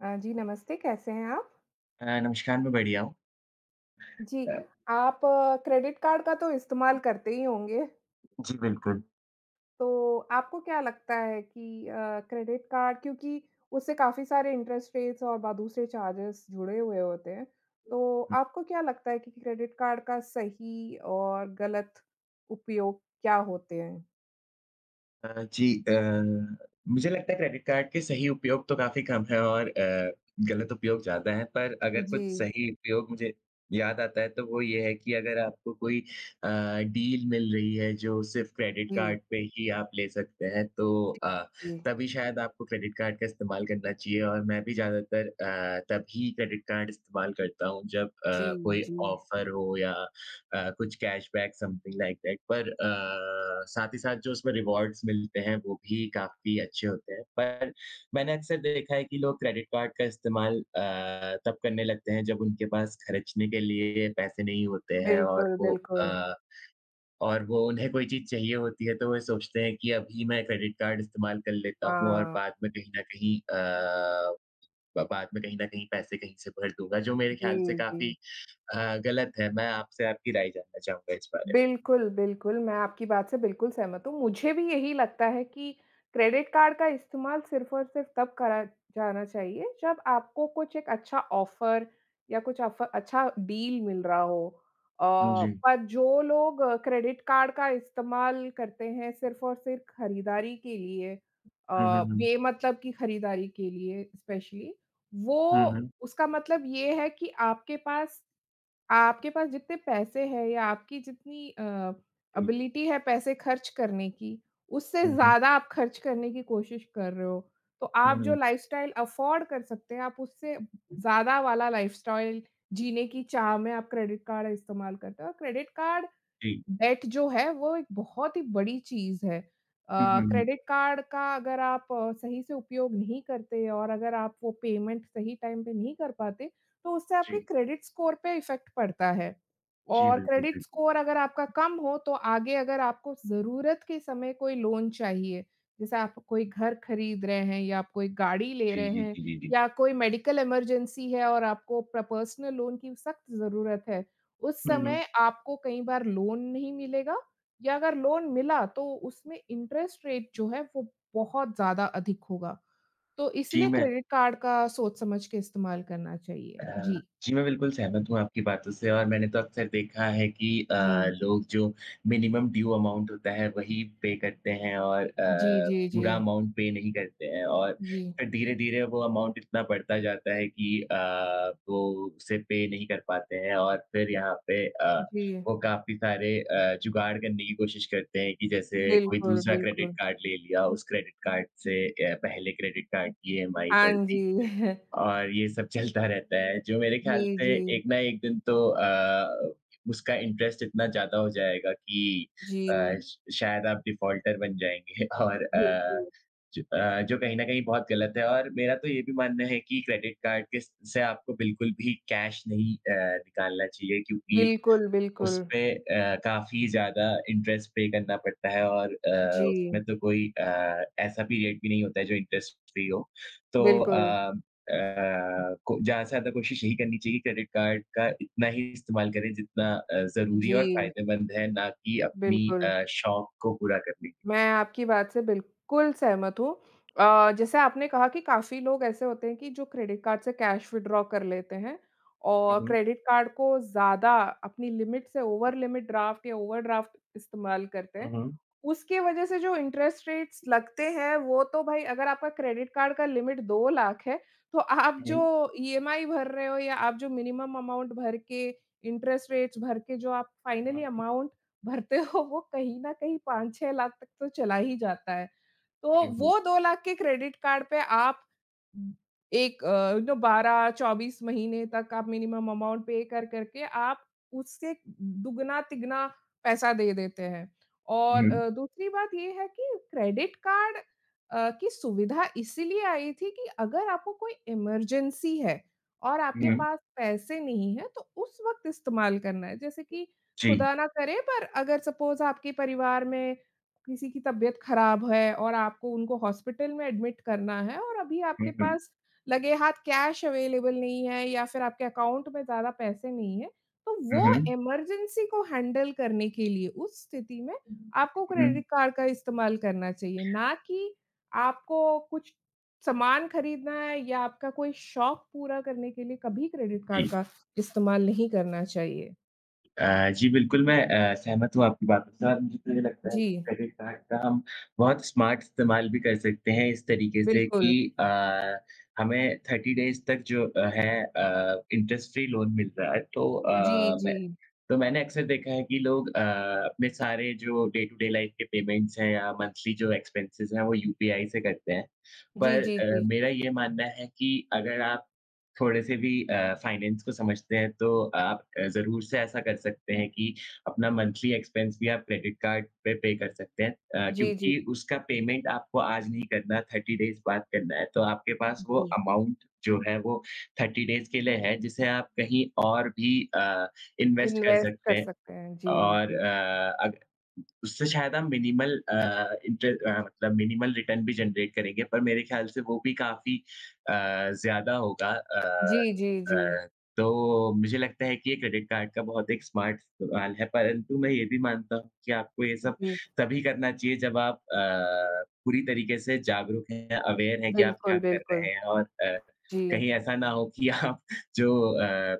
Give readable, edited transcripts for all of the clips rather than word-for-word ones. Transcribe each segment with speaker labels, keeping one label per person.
Speaker 1: जी नमस्ते, कैसे हैं आप?
Speaker 2: नमस्कार, मैं बढ़िया हूँ।
Speaker 1: जी, आप क्रेडिट कार्ड का तो इस्तेमाल करते ही होंगे,
Speaker 2: जी, बिल्कुल।
Speaker 1: तो आपको क्या लगता है कि क्रेडिट कार्ड क्योंकि उससे काफ़ी सारे इंटरेस्ट रेट्स और बा दूसरे चार्जेस जुड़े हुए होते हैं, तो आपको क्या लगता है कि क्रेडिट कार्ड का सही और गलत उपयोग क्या होते हैं?
Speaker 2: जी मुझे लगता है क्रेडिट कार्ड के सही उपयोग तो काफ़ी कम है और गलत उपयोग ज़्यादा है, पर अगर कुछ
Speaker 1: जी,
Speaker 2: सही उपयोग मुझे याद आता है, तो वो ये है कि अगर आपको कोई अ, डील मिल रही है, जो सिर्फ़ क्रेडिट
Speaker 1: जी,
Speaker 2: कार्ड पे ही आप ले सकते हैं, तो
Speaker 1: जी,
Speaker 2: तभी शायद आपको क्रेडिट कार्ड का इस्तेमाल करना चाहिए और मैं भी ज़्यादातर तभी क्रेडिट कार्ड इस्तेमाल करता हूँ, जब
Speaker 1: जी,
Speaker 2: कोई
Speaker 1: जी।
Speaker 2: ऑफ़र हो या कुछ कैशबैक समथिंग लाइक दैट पर साथ ही साथ जो उसमें रिवॉर्ड्स मिलते हैं वो भी काफ़ी अच्छे होते हैं। पर मैंने अक्सर देखा है कि लोग क्रेडिट कार्ड का इस्तेमाल तब करने लगते हैं जब उनके पास खर्चने के लिए पैसे नहीं होते हैं
Speaker 1: बिल्कुल, बिल्कुल।
Speaker 2: अ, और वो उन्हें कोई चीज़ चाहिए होती है तो वो सोचते हैं कि अभी मैं क्रेडिट कार्ड इस्तेमाल कर लेता हूँ और
Speaker 1: हाँ,
Speaker 2: बाद में कहीं न कहीं पैसे कहीं से भर दूँगा जो मेरे
Speaker 1: जी,
Speaker 2: ख़्याल से काफ़ी
Speaker 1: जी।
Speaker 2: गलत है। मैं आपसे आपकी राय जानना चाहूँगा इस बारे में?
Speaker 1: बिल्कुल, बिल्कुल, मैं आपकी बात से बिल्कुल सहमत हूँ। मुझे भी यही लगता है कि क्रेडिट कार्ड का इस्तेमाल सिर्फ़ और सिर्फ़ तब करा जाना चाहिए जब आपको कुछ एक अच्छा ऑफ़र या कुछ अफ अच्छा डील मिल रहा हो।
Speaker 2: जी।
Speaker 1: पर जो लोग क्रेडिट कार्ड का इस्तेमाल करते हैं सिर्फ़ और सिर्फ़ खरीदारी के लिए,
Speaker 2: हुँ, हुँ, हुँ।
Speaker 1: बेमतलब की खरीदारी के लिए स्पेशली, वो
Speaker 2: हुँ, हुँ।
Speaker 1: उसका मतलब ये है कि आपके पास जितने पैसे हैं या आपकी जितनी
Speaker 2: जी।
Speaker 1: एबिलिटी है पैसे खर्च करने की, उससे
Speaker 2: हुँ, हुँ।
Speaker 1: ज़्यादा आप खर्च करने की कोशिश कर रहे हो। तो
Speaker 2: हुँ,
Speaker 1: आप जो
Speaker 2: हुँ।
Speaker 1: लाइफ़स्टाइल अफ़ोर्ड कर सकते हैं, आप उससे ज़्यादा वाला लाइफ़स्टाइल जीने की चाह में आप क्रेडिट कार्ड इस्तेमाल करते हो और क्रेडिट कार्ड
Speaker 2: जी।
Speaker 1: डेट जो है वो एक बहुत ही बड़ी चीज़ है।
Speaker 2: हुँ, हुँ, हुँ।
Speaker 1: क्रेडिट कार्ड का अगर आप सही से उपयोग नहीं करते और अगर आप वो पेमेंट सही टाइम पे नहीं कर पाते, तो उससे आपके
Speaker 2: जी।
Speaker 1: क्रेडिट स्कोर पे इफ़ेक्ट पड़ता है।
Speaker 2: जी,
Speaker 1: और
Speaker 2: बिल्कुल,
Speaker 1: क्रेडिट
Speaker 2: बिल्कुल।
Speaker 1: स्कोर अगर आपका कम हो तो आगे अगर आपको ज़रूरत के समय कोई लोन चाहिए, जैसे आप कोई घर खरीद रहे हैं या आप कोई गाड़ी ले
Speaker 2: जी,
Speaker 1: रहे
Speaker 2: जी,
Speaker 1: हैं
Speaker 2: जी, जी, जी।
Speaker 1: या कोई मेडिकल इमरजेंसी है और आपको प्र पर्सनल लोन की सख्त ज़रूरत है। उस
Speaker 2: हुँ, हुँ।
Speaker 1: समय आपको कई बार लोन नहीं मिलेगा या अगर लोन मिला तो उसमें इंटरेस्ट रेट जो है वो बहुत ज़्यादा अधिक होगा। तो
Speaker 2: जी,
Speaker 1: इसलिए
Speaker 2: मैं
Speaker 1: क्रेडिट कार्ड का सोच समझ के इस्तेमाल करना चाहिए।
Speaker 2: अ,
Speaker 1: जी।
Speaker 2: जी, मैं बिल्कुल सहमत हूँ आपकी बातों से और मैंने तो अक्सर देखा है कि
Speaker 1: जी।
Speaker 2: लोग जो मिनिमम ड्यू अमाउंट होता है, वही पे करते हैं और
Speaker 1: जी, जी, जी।
Speaker 2: पूरा अमाउंट पे नहीं करते हैं और
Speaker 1: जी।
Speaker 2: फिर धीरे-धीरे वो अमाउंट इतना बढ़ता जाता है कि वो उसे पे नहीं कर पाते हैं और फिर यहाँ पे
Speaker 1: जी।
Speaker 2: वो काफ़ी सारे जुगाड़ करने की कोशिश करते हैं कि जैसे कोई
Speaker 1: बिल्कुल,
Speaker 2: दूसरा क्रेडिट
Speaker 1: बिल्कुल।
Speaker 2: कार्ड ले लिया, उस क्रेडिट कार्ड से पहले क्रेडिट कार्ड की ईएमआई
Speaker 1: हाँ
Speaker 2: भर
Speaker 1: जी।
Speaker 2: दी। और ये सब चलता रहता है, जो मेरे
Speaker 1: जी,
Speaker 2: ख़्याल से
Speaker 1: जी।
Speaker 2: एक ना एक दिन तो उसका इंटरेस्ट इतना ज़्यादा हो जाएगा कि अ,
Speaker 1: जी।
Speaker 2: श शायद आप डिफ़ॉल्टर बन जाएँगे और
Speaker 1: बिल्कुल।
Speaker 2: जो कहीं न कहीं बहुत गलत है और मेरा तो ये भी मानना है कि क्रेडिट कार्ड के स से आपको बिल्कुल भी कैश नहीं निकालना चाहिए क्योंकि
Speaker 1: बिल्कुल, बिल्कुल।
Speaker 2: उसपे काफ़ी ज़्यादा इंटरेस्ट पे करना पड़ता है और
Speaker 1: जी।
Speaker 2: उसमें तो कोई ऐसा पीरियड भी नहीं होता है जो इंटरेस्ट फ्री हो। तो
Speaker 1: बिल्कुल।
Speaker 2: अ, को ज़्यादा से ज़्यादा कोशिश यही करनी चाहिए कि क्रेडिट कार्ड का इतना ही इस्तेमाल करें जितना ज़रूरी
Speaker 1: जी।
Speaker 2: और फ़ायदेमंद है, ना कि अपनी
Speaker 1: बिल्कुल।
Speaker 2: शौक को पूरा करने के।
Speaker 1: मैं आपकी बात से बिल्कुल सहमत हूँ। जैसे आपने कहा कि काफ़ी लोग ऐसे होते हैं कि जो क्रेडिट कार्ड से कैश विथड्रॉ कर लेते हैं
Speaker 2: हुँ,
Speaker 1: और
Speaker 2: हुँ।
Speaker 1: क्रेडिट कार्ड को ज़्यादा अपनी लिमिट से ओवर लिमिट ड्राफ्ट या ओवरड्राफ्ट इस्तेमाल करते हैं।
Speaker 2: हुँ, हुँ।
Speaker 1: उसकी वज़ह से जो इंटरेस्ट रेट्स लगते हैं, वो तो भाई अगर आपका क्रेडिट कार्ड का लिमिट 2 लाख है, तो आप जो ईएमआई भर रहे हो या आप जो मिनिमम अमाउंट भर के, इंटरेस्ट रेट्स भर के जो आप
Speaker 2: हुँ,
Speaker 1: फाइनली
Speaker 2: हुँ,
Speaker 1: अमाउंट भरते हो वो कहीं न कहीं 5-6 लाख तक तो चला ही जाता है। तो
Speaker 2: हुँ, हुँ।
Speaker 1: वो 2 लाख के क्रेडिट कार्ड पे आप एक यू नो 12-24 महीने तक आप मिनिमम अमाउंट पे कर करके आप उससे दुगना-तिगना पैसा दे देते हैं। और
Speaker 2: हुँ,
Speaker 1: दूसरी बात ये है कि क्रेडिट कार्ड की सुविधा इसीलिए आई थी कि अगर आपको कोई इमरजेंसी है और आपके
Speaker 2: हुँ, हुँ।
Speaker 1: पास पैसे नहीं है तो उस वक़्त इस्तेमाल करना है। जैसे कि
Speaker 2: जी।
Speaker 1: खुदा ना करे पर अगर सपोज़ आपके परिवार में किसी की तबीयत खराब है और आपको उनको हॉस्पिटल में एडमिट करना है और अभी आपके
Speaker 2: हुँ, हुँ।
Speaker 1: पास लगे हाथ कैश अवेलेबल नहीं है या फिर आपके अकाउंट में ज़्यादा पैसे नहीं है, तो वो
Speaker 2: हुँ,
Speaker 1: इमरजेंसी को हैंडल करने के लिए उस स्थिति में आपको
Speaker 2: हुँ।
Speaker 1: क्रेडिट कार्ड का इस्तेमाल करना चाहिए, ना कि आपको कुछ सामान खरीदना है या आपका कोई शौक पूरा करने के लिए कभी क्रेडिट कार्ड
Speaker 2: जी।
Speaker 1: का इस्तेमाल नहीं करना चाहिए।
Speaker 2: जी, बिल्कुल मैं सहमत हूँ आपकी बातों से और मुझे तो ये लगता है
Speaker 1: जी,
Speaker 2: कि क्रेडिट कार्ड का हम बहुत स्मार्ट इस्तेमाल भी कर सकते हैं इस तरीके से
Speaker 1: बिल्कुल।
Speaker 2: कि अ, हमें 30 डेज़ तक जो अ, है अ, इंटरेस्ट फ्री लोन मिल रहा है। तो
Speaker 1: जी,
Speaker 2: अ,
Speaker 1: जी।
Speaker 2: मैं तो मैंने अक्सर देखा है कि लोग अपने सारे जो डे टू डे लाइफ़ के पेमेंट्स हैं या मंथली जो एक्सपेंसेस हैं, वो यूपीआई से करते हैं।
Speaker 1: जी,
Speaker 2: पर
Speaker 1: जी, जी।
Speaker 2: मेरा ये मानना है कि अगर आप थोड़े-से भी फाइनेंस को समझते हैं, तो आप ज़रूर से ऐसा कर सकते हैं कि अपना मंथली एक्सपेंस भी आप क्रेडिट कार्ड पे पे कर सकते हैं
Speaker 1: जी, जी।
Speaker 2: क्योंकि उसका पेमेंट आपको आज नहीं करना, 30 डेज़ बाद करना है, तो आपके पास वो
Speaker 1: जी।
Speaker 2: अमाउंट जो है वो 30 डेज़ के लिए है, जिसे आप कहीं और भी इन्वेस्ट कर
Speaker 1: इन्वेस्ट कर
Speaker 2: सकते हैं
Speaker 1: सकते हैं। जी,
Speaker 2: और
Speaker 1: जी।
Speaker 2: अ, अग उससे शायद हम मिनिमल मतलब मिनिमल रिटर्न भी जनरेट करेंगे, पर मेरे ख़्याल से वो भी काफ़ी अ, ज़्यादा होगा।
Speaker 1: जी, जी, जी।
Speaker 2: अ, तो मुझे लगता है कि ये क्रेडिट कार्ड का बहुत एक स्मार्ट इस्तेमाल है, परंतु मैं ये भी मानता हूँ कि आपको ये सब
Speaker 1: जी,
Speaker 2: तभी करना चाहिए जब आप पूरी तरीके से जागरूक हैं, अवेयर हैं कि आप क्या
Speaker 1: बिल्कुल,
Speaker 2: कर
Speaker 1: बिल्कुल।
Speaker 2: रहे हैं और
Speaker 1: जी।
Speaker 2: कहीं ऐसा ना हो कि आप जो अ,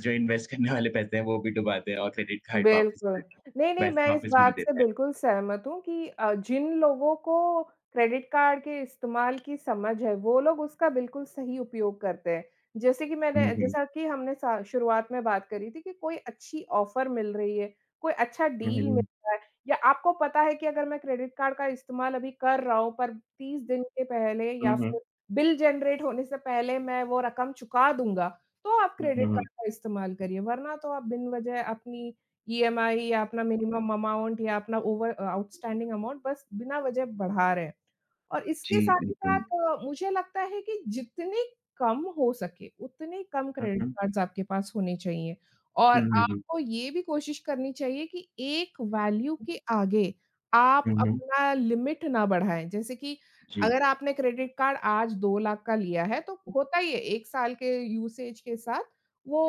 Speaker 2: जो इन्वेस्ट करने वाले पैसे हैं, वो भी डुबा दें और क्रेडिट कार्ड वापस
Speaker 1: बिल्कुल।
Speaker 2: करके
Speaker 1: नहीं, नहीं, मैं
Speaker 2: पैसे
Speaker 1: इस
Speaker 2: वापस भी नहीं
Speaker 1: बात
Speaker 2: दे
Speaker 1: से
Speaker 2: पाएँ।
Speaker 1: बिल्कुल सहमत हूँ कि जिन लोगों को क्रेडिट कार्ड के इस्तेमाल की समझ है, वो लोग उसका बिल्कुल सही उपयोग करते हैं। जैसे कि मैंने
Speaker 2: हुँ, हुँ।
Speaker 1: जैसा कि हमने सा शुरुआत में बात करी थी कि कोई अच्छी ऑफ़र मिल रही है, कोई अच्छा
Speaker 2: हुँ, हुँ,
Speaker 1: डील मिल
Speaker 2: हुँ।
Speaker 1: रहा है या आपको पता है कि अगर मैं क्रेडिट कार्ड का इस्तेमाल अभी कर रहा हूँ, पर 30 दिन के पहले
Speaker 2: हुँ,
Speaker 1: या
Speaker 2: हुँ।
Speaker 1: फिर बिल जनरेट होने से पहले मैं वो रकम चुका दूँगा, तो आप
Speaker 2: हुँ, हुँ,
Speaker 1: क्रेडिट
Speaker 2: हुँ।
Speaker 1: कार्ड का इस्तेमाल करिए, वरना तो आप बिन वज़ह अपनी ईएमआई या अपना मिनिमम अमाउंट या अपना आउटस्टैंडिंग अमाउंट बस बिना वजह बढ़ा रहे हैं। और
Speaker 2: जी,
Speaker 1: इसके साथ ही साथ
Speaker 2: बिल्कुल।
Speaker 1: मुझे लगता है कि जितने कम हो सके, उतने कम
Speaker 2: हुँ,
Speaker 1: क्रेडिट
Speaker 2: हुँ।
Speaker 1: कार्ड्स आपके पास होने चाहिए। और
Speaker 2: हुँ, हुँ, हुँ।
Speaker 1: आपको ये भी कोशिश करनी चाहिए कि एक वैल्यू के आगे आप
Speaker 2: हुँ, हुँ।
Speaker 1: अपना लिमिट ना बढ़ाएँ। जैसे कि
Speaker 2: जी।
Speaker 1: अगर आपने क्रेडिट कार्ड आज 2 लाख का लिया है, तो होता ही है 1 साल के यूसेज के साथ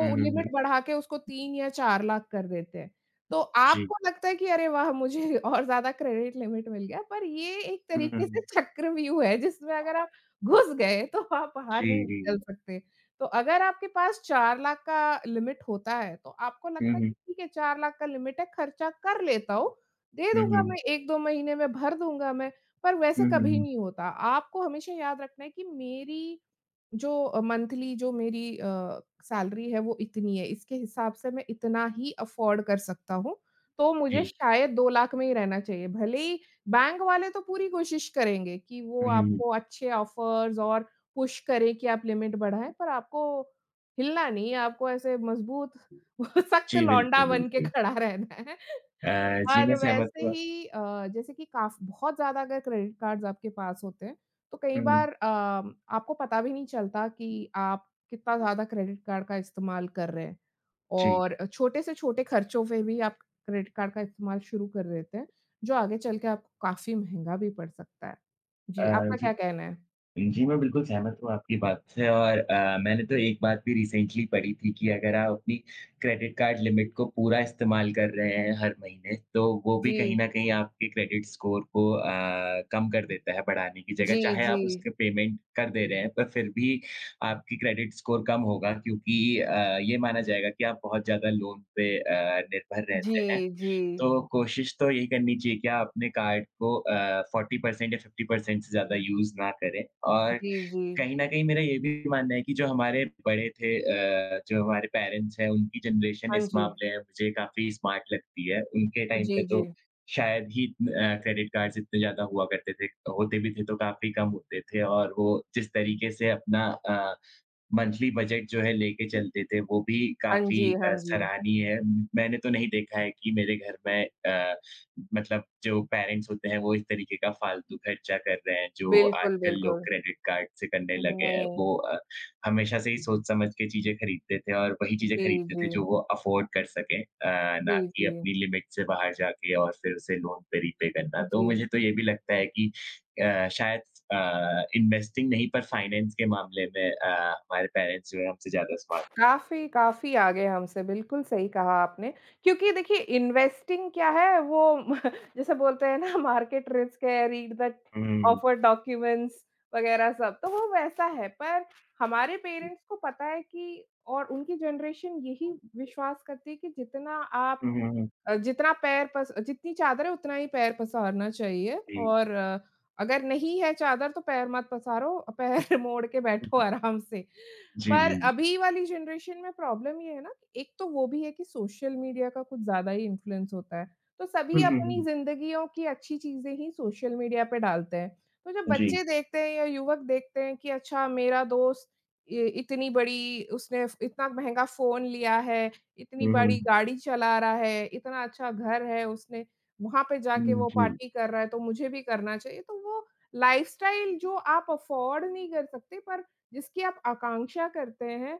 Speaker 2: हुँ, हुँ, हुँ।
Speaker 1: लिमिट बढ़ा के उसको 3 या 4 लाख कर देते हैं। तो
Speaker 2: जी।
Speaker 1: आपको लगता है कि अरे वाह! मुझे और ज़्यादा क्रेडिट लिमिट मिल गया, पर ये एक
Speaker 2: हुँ, हुँ,
Speaker 1: तरीके से
Speaker 2: हुँ।
Speaker 1: चक्रव्यूह है जिसमें अगर आप घुस गए तो आप
Speaker 2: जी,
Speaker 1: बाहर नहीं
Speaker 2: जी, जी।
Speaker 1: निकल सकते। तो अगर आपके पास 4 लाख का लिमिट होता है, तो आपको
Speaker 2: हुँ,
Speaker 1: लगता है कि
Speaker 2: हुँ।
Speaker 1: ठीक है 4 लाख का लिमिट है, खर्चा कर लेता हूँ, दे
Speaker 2: हुँ,
Speaker 1: दूँगा मैं
Speaker 2: हुँ।
Speaker 1: 1-2 महीने में भर दूँगा मैं, पर वैसे
Speaker 2: हुँ, हुँ,
Speaker 1: कभी
Speaker 2: हुँ।
Speaker 1: नहीं होता। आपको हमेशा याद रखना है कि मेरी जो मंथली जो मेरी सैलरी है वो इतनी है, इसके हिसाब से मैं इतना ही अफ़ोर्ड कर सकता हूँ, तो मुझे
Speaker 2: जी।
Speaker 1: शायद 2 लाख में ही रहना चाहिए। भले ही बैंक वाले तो पूरी कोशिश करेंगे कि वो
Speaker 2: हुँ, हुँ, हुँ।
Speaker 1: आपको अच्छे ऑफ़र्स और पुश करें कि आप लिमिट बढ़ाएँ, पर आपको हिलना नहीं है, आपको ऐसे मज़बूत सख्त
Speaker 2: जी,
Speaker 1: लौंडा
Speaker 2: बिल्कुल,
Speaker 1: बन के
Speaker 2: बिल्कुल।
Speaker 1: खड़ा रहना है।
Speaker 2: जी,
Speaker 1: और
Speaker 2: मैं सहमत
Speaker 1: वैसे
Speaker 2: हुआ।
Speaker 1: ही जैसे कि काफ़ बहुत ज़्यादा अगर क्रेडिट कार्ड्स आपके पास होते हैं तो कई
Speaker 2: हुँ, हुँ।
Speaker 1: बार आपको पता भी नहीं चलता कि आप कितना ज़्यादा क्रेडिट कार्ड का इस्तेमाल कर रहे हैं
Speaker 2: जी।
Speaker 1: और छोटे से छोटे खर्चों पे भी आप क्रेडिट कार्ड का इस्तेमाल शुरू कर देते हैं, जो आगे चल के आपको काफ़ी महँगा भी पड़ सकता है।
Speaker 2: अ
Speaker 1: जी, आपका क्या कहना है?
Speaker 2: जी, मैं बिल्कुल सहमत हूँ आपकी बात से और मैंने तो एक बात भी रिसेंटली पढ़ी थी कि अगर आप अपनी क्रेडिट कार्ड लिमिट को पूरा इस्तेमाल कर रहे हैं हर महीने, तो वो भी
Speaker 1: जी।
Speaker 2: कहीं न कहीं आपके क्रेडिट स्कोर को कम कर देता है बढ़ाने की जगह।
Speaker 1: जी,
Speaker 2: चाहे
Speaker 1: जी।
Speaker 2: आप उसके पेमेंट कर दे रहे हैं, पर फिर भी आपकी क्रेडिट स्कोर कम होगा क्योंकि ये माना जाएगा कि आप बहुत ज़्यादा लोन पे निर्भर
Speaker 1: जी,
Speaker 2: रहते हैं।
Speaker 1: जी।
Speaker 2: तो कोशिश तो यही करनी चाहिए कि आप अपने कार्ड को 40% या 50% से ज़्यादा यूज़ ना करें और
Speaker 1: जी, जी।
Speaker 2: कहीं न कहीं मेरा ये भी मानना है कि जो हमारे बड़े थे जो हमारे पेरेंट्स हैं, उनकी जनरेशन
Speaker 1: हाँ
Speaker 2: इस
Speaker 1: जी।
Speaker 2: मामले में मुझे काफ़ी स्मार्ट लगती है। उनके टाइम
Speaker 1: जी,
Speaker 2: पे
Speaker 1: जी।
Speaker 2: तो शायद ही क्रेडिट कार्ड्स इतने ज़्यादा हुआ करते थे, होते भी थे तो काफ़ी कम होते थे और वो जिस तरीके से अपना अ मंथली बजट जो है लेके चलते थे, वो भी
Speaker 1: हाँ
Speaker 2: काफ़ी
Speaker 1: जी, हाँ जी।
Speaker 2: सराहनीय है। मैंने तो नहीं देखा है कि मेरे घर में मतलब जो पेरेंट्स होते हैं, वो इस तरीके का फ़ालतू खर्चा कर रहे हैं, जो
Speaker 1: बिल्कुल,
Speaker 2: आजकल लोग
Speaker 1: बिल्कुल।
Speaker 2: क्रेडिट कार्ड से करने लगे हैं।
Speaker 1: नहीं।
Speaker 2: वो हमेशा से ही सोच-समझ के चीज़ें खरीदते थे और वही चीज़ें
Speaker 1: जी,
Speaker 2: खरीदते
Speaker 1: जी।
Speaker 2: थे जो वो अफ़ोर्ड कर सकें
Speaker 1: जी,
Speaker 2: ना कि
Speaker 1: जी।
Speaker 2: अपनी लिमिट से बाहर जाके और फिर उसे लोन पे रीपे करना। तो
Speaker 1: जी।
Speaker 2: मुझे तो ये भी लगता है कि शायद अ, इन्वेस्टिंग नहीं पर फाइनेंस के मामले में हमारे पेरेंट्स जो है हमसे ज़्यादा स्मार्ट
Speaker 1: काफ़ी, काफ़ी आगे हमसे, बिल्कुल सही कहा आपने। क्योंकि देखिए इन्वेस्टिंग क्या है वो जैसे बोलते हैं ना मार्केट रिस्क है, read the
Speaker 2: hmm,
Speaker 1: offer documents वगैरह सब, तो वो वैसा है। पर हमारे पेरेंट्स को पता है कि और उनकी जनरेशन यही
Speaker 2: हुँ,
Speaker 1: विश्वास करती है कि जितना आप
Speaker 2: हुँ, हुँ,
Speaker 1: जितना पैर पस जितनी चादर है उतना ही पैर पसारना चाहिए
Speaker 2: जी।
Speaker 1: और अगर नहीं है चादर तो पैर मत पसारो, पैर मोड़ के
Speaker 2: हुँ,
Speaker 1: बैठो
Speaker 2: हुँ।
Speaker 1: आराम से।
Speaker 2: जी,
Speaker 1: पर
Speaker 2: जी, जी।
Speaker 1: अभी वाली जनरेशन में प्रॉब्लम ये है ना, कि एक तो वो भी है कि सोशल मीडिया का कुछ ज़्यादा ही इन्फ्लुएंस होता है। तो सभी
Speaker 2: हुँ, हुँ,
Speaker 1: अपनी
Speaker 2: हुँ।
Speaker 1: ज़िंदगियों की अच्छी चीज़ें ही सोशल मीडिया पे डालते हैं। तो जब
Speaker 2: जी।
Speaker 1: बच्चे देखते हैं या युवक देखते हैं कि अच्छा मेरा दोस्त इ इतनी बड़ी उसने इतना महँगा फ़ोन लिया है इतनी
Speaker 2: हुँ,
Speaker 1: बड़ी
Speaker 2: हुँ,
Speaker 1: गाड़ी चला रहा है, इतना अच्छा घर है उसने, वहाँ पे जाके
Speaker 2: हुँ,
Speaker 1: वो
Speaker 2: जी।
Speaker 1: पार्टी कर रहा है तो मुझे भी करना चाहिए। तो वो लाइफ़स्टाइल जो आप अफ़ोर्ड नहीं कर सकते पर जिसकी आप आकांक्षा करते हैं,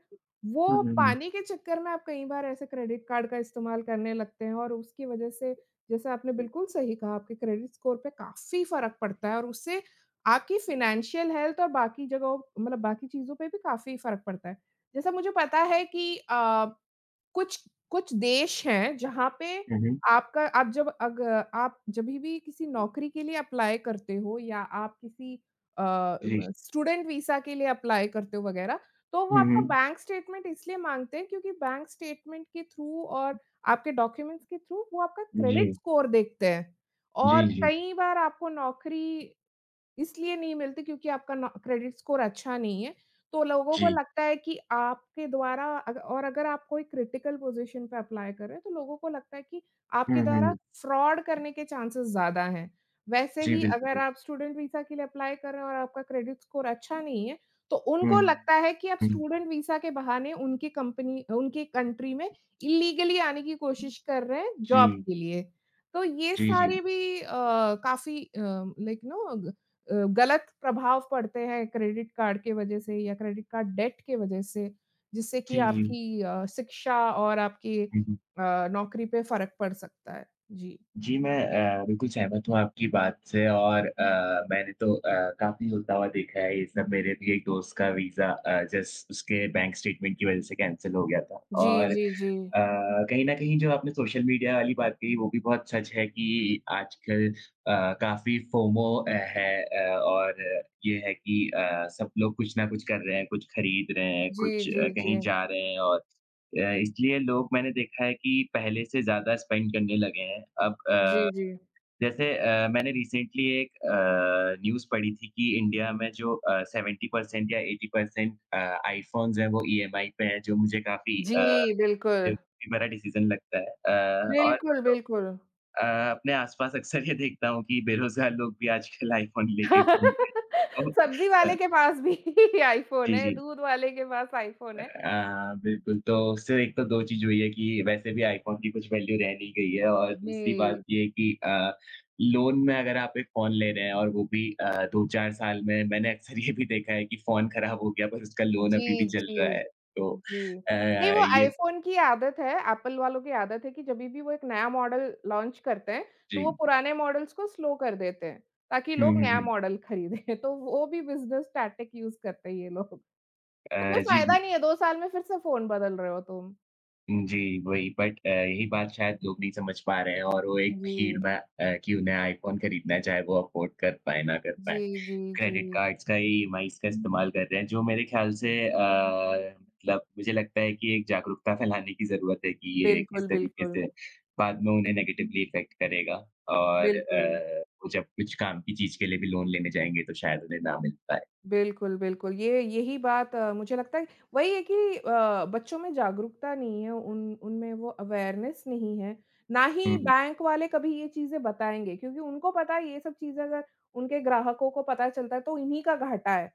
Speaker 2: हुँ,
Speaker 1: वो
Speaker 2: हुँ, हुँ,
Speaker 1: पाने के चक्कर में आप कई बार ऐसे क्रेडिट कार्ड का इस्तेमाल करने लगते हैं और उसकी वज़ह से जैसा आपने बिल्कुल सही कहा आपके क्रेडिट स्कोर पे काफ़ी फ़र्क पड़ता है और उससे आपकी फ़ाइनेंशियल हेल्थ और बाकी जगहों मतलब बाकी चीज़ों पे भी काफ़ी फ़र्क पड़ता है। जैसा मुझे पता है कि अ कुछ कुछ देश हैं जहाँ पे
Speaker 2: हुँ, हुँ,
Speaker 1: आपका आप जब अग आप जभी भी किसी नौकरी के लिए अप्लाई करते हो या आप किसी अ,
Speaker 2: जी।
Speaker 1: म स्टूडेंट वीज़ा के लिए अप्लाई करते हो वग़ैरह, तो वो
Speaker 2: हुँ,
Speaker 1: आपका
Speaker 2: हुँ,
Speaker 1: बैंक स्टेटमेंट इसलिए माँगते हैं क्योंकि बैंक स्टेटमेंट के थ्रू और आपके डॉक्यूमेंट्स के थ्रू वो आपका क्रेडिट
Speaker 2: जी,
Speaker 1: स्कोर देखते हैं।
Speaker 2: जी,
Speaker 1: और
Speaker 2: जी,
Speaker 1: कई बार आपको नौकरी इसलिए नहीं मिलती क्योंकि आपका नौ क्रेडिट स्कोर अच्छा नहीं है। तो लोगों को
Speaker 2: जी।
Speaker 1: लगता है कि आपके द्वारा अग और अगर आप कोई क्रिटिकल पोज़ीशन पे अप्लाई कर रहे हैं, तो लोगों को लगता है कि
Speaker 2: हुँ,
Speaker 1: आपके
Speaker 2: हुँ,
Speaker 1: द्वारा
Speaker 2: हुँ।
Speaker 1: फ्रॉड करने के चांसेज़ ज़्यादा हैं। वैसे
Speaker 2: जी,
Speaker 1: ही
Speaker 2: बिल्कुल,
Speaker 1: अगर
Speaker 2: बिल्कुल।
Speaker 1: आप स्टूडेंट वीज़ा के लिए अप्लाई कर रहे हैं और आपका क्रेडिट स्कोर अच्छा नहीं है, तो
Speaker 2: हुँ,
Speaker 1: उनको लगता है कि आप
Speaker 2: हुँ,
Speaker 1: स्टूडेंट वीज़ा के बहाने उनकी कंट्री में इल्लीगली आने की कोशिश कर रहे हैं जॉब
Speaker 2: जी,
Speaker 1: के लिए। तो ये
Speaker 2: जी, जी,
Speaker 1: सारे भी काफ़ी गलत प्रभाव पड़ते हैं क्रेडिट कार्ड के वजह से या क्रेडिट कार्ड डेट के वजह से, जिससे कि
Speaker 2: जी,
Speaker 1: आपकी शिक्षा और आपकी
Speaker 2: हुँ, हुँ।
Speaker 1: नौकरी पे फ़र्क पड़ सकता है। जी।
Speaker 2: जी, मैं बिल्कुल सहमत हूँ आपकी बात से और मैंने तो काफ़ी होता हुआ देखा है ये सब। मेरे भी एक दोस्त का वीज़ा जस्ट उसके बैंक स्टेटमेंट की वज़ह से कैंसल हो गया था
Speaker 1: जी,
Speaker 2: और अ,
Speaker 1: जी, जी।
Speaker 2: कहीं न कहीं जो आपने सोशल मीडिया वाली बात कही, वो भी बहुत सच है कि आजकल काफ़ी फोमो है और ये है कि सब लोग कुछ ना कुछ कर रहे हैं, कुछ खरीद रहे हैं,
Speaker 1: जी,
Speaker 2: कुछ
Speaker 1: जी,
Speaker 2: कहीं
Speaker 1: जी।
Speaker 2: जा रहे हैं और इसलिए लोग मैंने देखा है कि पहले से ज़्यादा स्पेंड करने लगे हैं। अब
Speaker 1: जी, जी।
Speaker 2: जैसे मैंने रिसेंटली एक न्यूज़ पढ़ी थी कि इंडिया में जो 70% या 80% आईफ़ोन्स हैं वो ईएमआई पे हैं, जो मुझे काफ़ी
Speaker 1: जी, बिल्कुल।
Speaker 2: बेवकूफ़ी भरा डिसीज़न लगता है। और
Speaker 1: बिल्कुल, बिल्कुल।
Speaker 2: अ, अपने आस-पास अक्सर ये देखता हूँ कि बेरोज़गार लोग भी आजकल आईफ़ोन लेके घूम रहे हैं।
Speaker 1: सब्ज़ी
Speaker 2: तो
Speaker 1: वाले के पास भी आईफ़ोन
Speaker 2: जी,
Speaker 1: है,
Speaker 2: जी।
Speaker 1: दूध वाले के पास आईफ़ोन है।
Speaker 2: बिल्कुल, तो उससे एक तो दो चीज हुई है कि वैसे भी आईफोन की कुछ वैल्यू रह नहीं गई है और दूसरी
Speaker 1: जी।
Speaker 2: बात ये है कि लोन में अगर आप एक फोन ले रहे हैं और वो भी 2-4 साल में मैंने अक्सर ये भी देखा है कि फोन खराब हो गया पर उसका लोन अभी
Speaker 1: जी,
Speaker 2: भी चल रहा
Speaker 1: जी।
Speaker 2: है। तो
Speaker 1: जी।
Speaker 2: अ,
Speaker 1: नहीं वो
Speaker 2: ये
Speaker 1: आईफ़ोन की आदत है, एप्पल वालों की आदत है कि जभी भी वो एक नया मॉडल लॉन्च करते हैं, तो वो
Speaker 2: जी।
Speaker 1: पुराने मॉडल्स को स्लो कर देते हैं, ताकि
Speaker 2: हुँ,
Speaker 1: लोग
Speaker 2: हुँ,
Speaker 1: नया
Speaker 2: हुँ।
Speaker 1: मॉडल खरीदें। तो वो भी बिज़नेस टैक्टिक यूज़ करते हैं ये लोग। तो कोई
Speaker 2: जी,
Speaker 1: फ़ायदा नहीं है 2 साल में फिर से फ़ोन बदल रहे हो तुम।
Speaker 2: जी वही बट यही बात शायद लोग नहीं समझ पा रहे हैं और वो एक भीड़
Speaker 1: जी।
Speaker 2: में कि उन्हें आईफोन खरीदना है चाहे वो अफोर्ड कर पाएँ, ना कर पाएँ।
Speaker 1: जी, जी, जी।
Speaker 2: क्रेडिट कार्ड्स का ईएमआईज़ का इस्तेमाल कर रहे हैं, जो मेरे ख़्याल से मतलब मुझे लगता है कि एक जागरूकता फैलाने की ज़रूरत है कि ये किस
Speaker 1: बिल्कुल,
Speaker 2: तरीके
Speaker 1: बिल्कुल।
Speaker 2: से बाद में उन्हें नेगेटिवली इफ़ेक्ट करेगा और
Speaker 1: बिल्कुल।
Speaker 2: वो जब कुछ काम की चीज़ के लिए भी लोन लेने जाएँगे तो शायद उन्हें ना मिल पाए।
Speaker 1: बिल्कुल, बिल्कुल। ये यही बात मुझे लगता है वही है कि बच्चों में जागरूकता नहीं है, उन उनमें वो अवेयरनेस नहीं है। ना ही
Speaker 2: हुँ, हुँ।
Speaker 1: बैंक वाले कभी ये चीज़ें बताएँगे क्योंकि उनको पता है ये सब चीज़ें अगर उनके ग्राहकों को पता चलता है तो इन्हीं का घाटा है।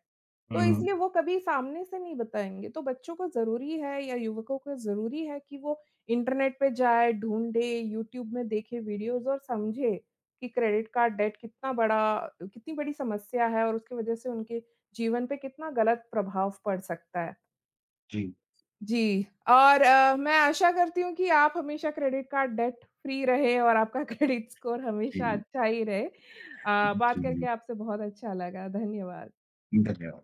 Speaker 1: तो
Speaker 2: हुँ, हुँ।
Speaker 1: इसलिए वो कभी सामने से नहीं बताएँगे। तो बच्चों को ज़रूरी है या युवकों को ज़रूरी है कि वो इंटरनेट पे जाए, ढूँढे, यूट्यूब में देखे वीडियोज़ और समझे कि क्रेडिट कार्ड डेट कितना बड़ा कितनी बड़ी समस्या है और उसकी वज़ह से उनके जीवन पे कितना गलत प्रभाव पड़ सकता है।
Speaker 2: जी,
Speaker 1: जी, और मैं आशा करती हूँ कि आप हमेशा क्रेडिट कार्ड डेट फ्री रहे और आपका क्रेडिट स्कोर हमेशा
Speaker 2: जी,
Speaker 1: अच्छा ही रहे। बात
Speaker 2: जी,
Speaker 1: करके
Speaker 2: जी।
Speaker 1: आपसे बहुत अच्छा लगा। धन्यवाद।
Speaker 2: धन्यवाद।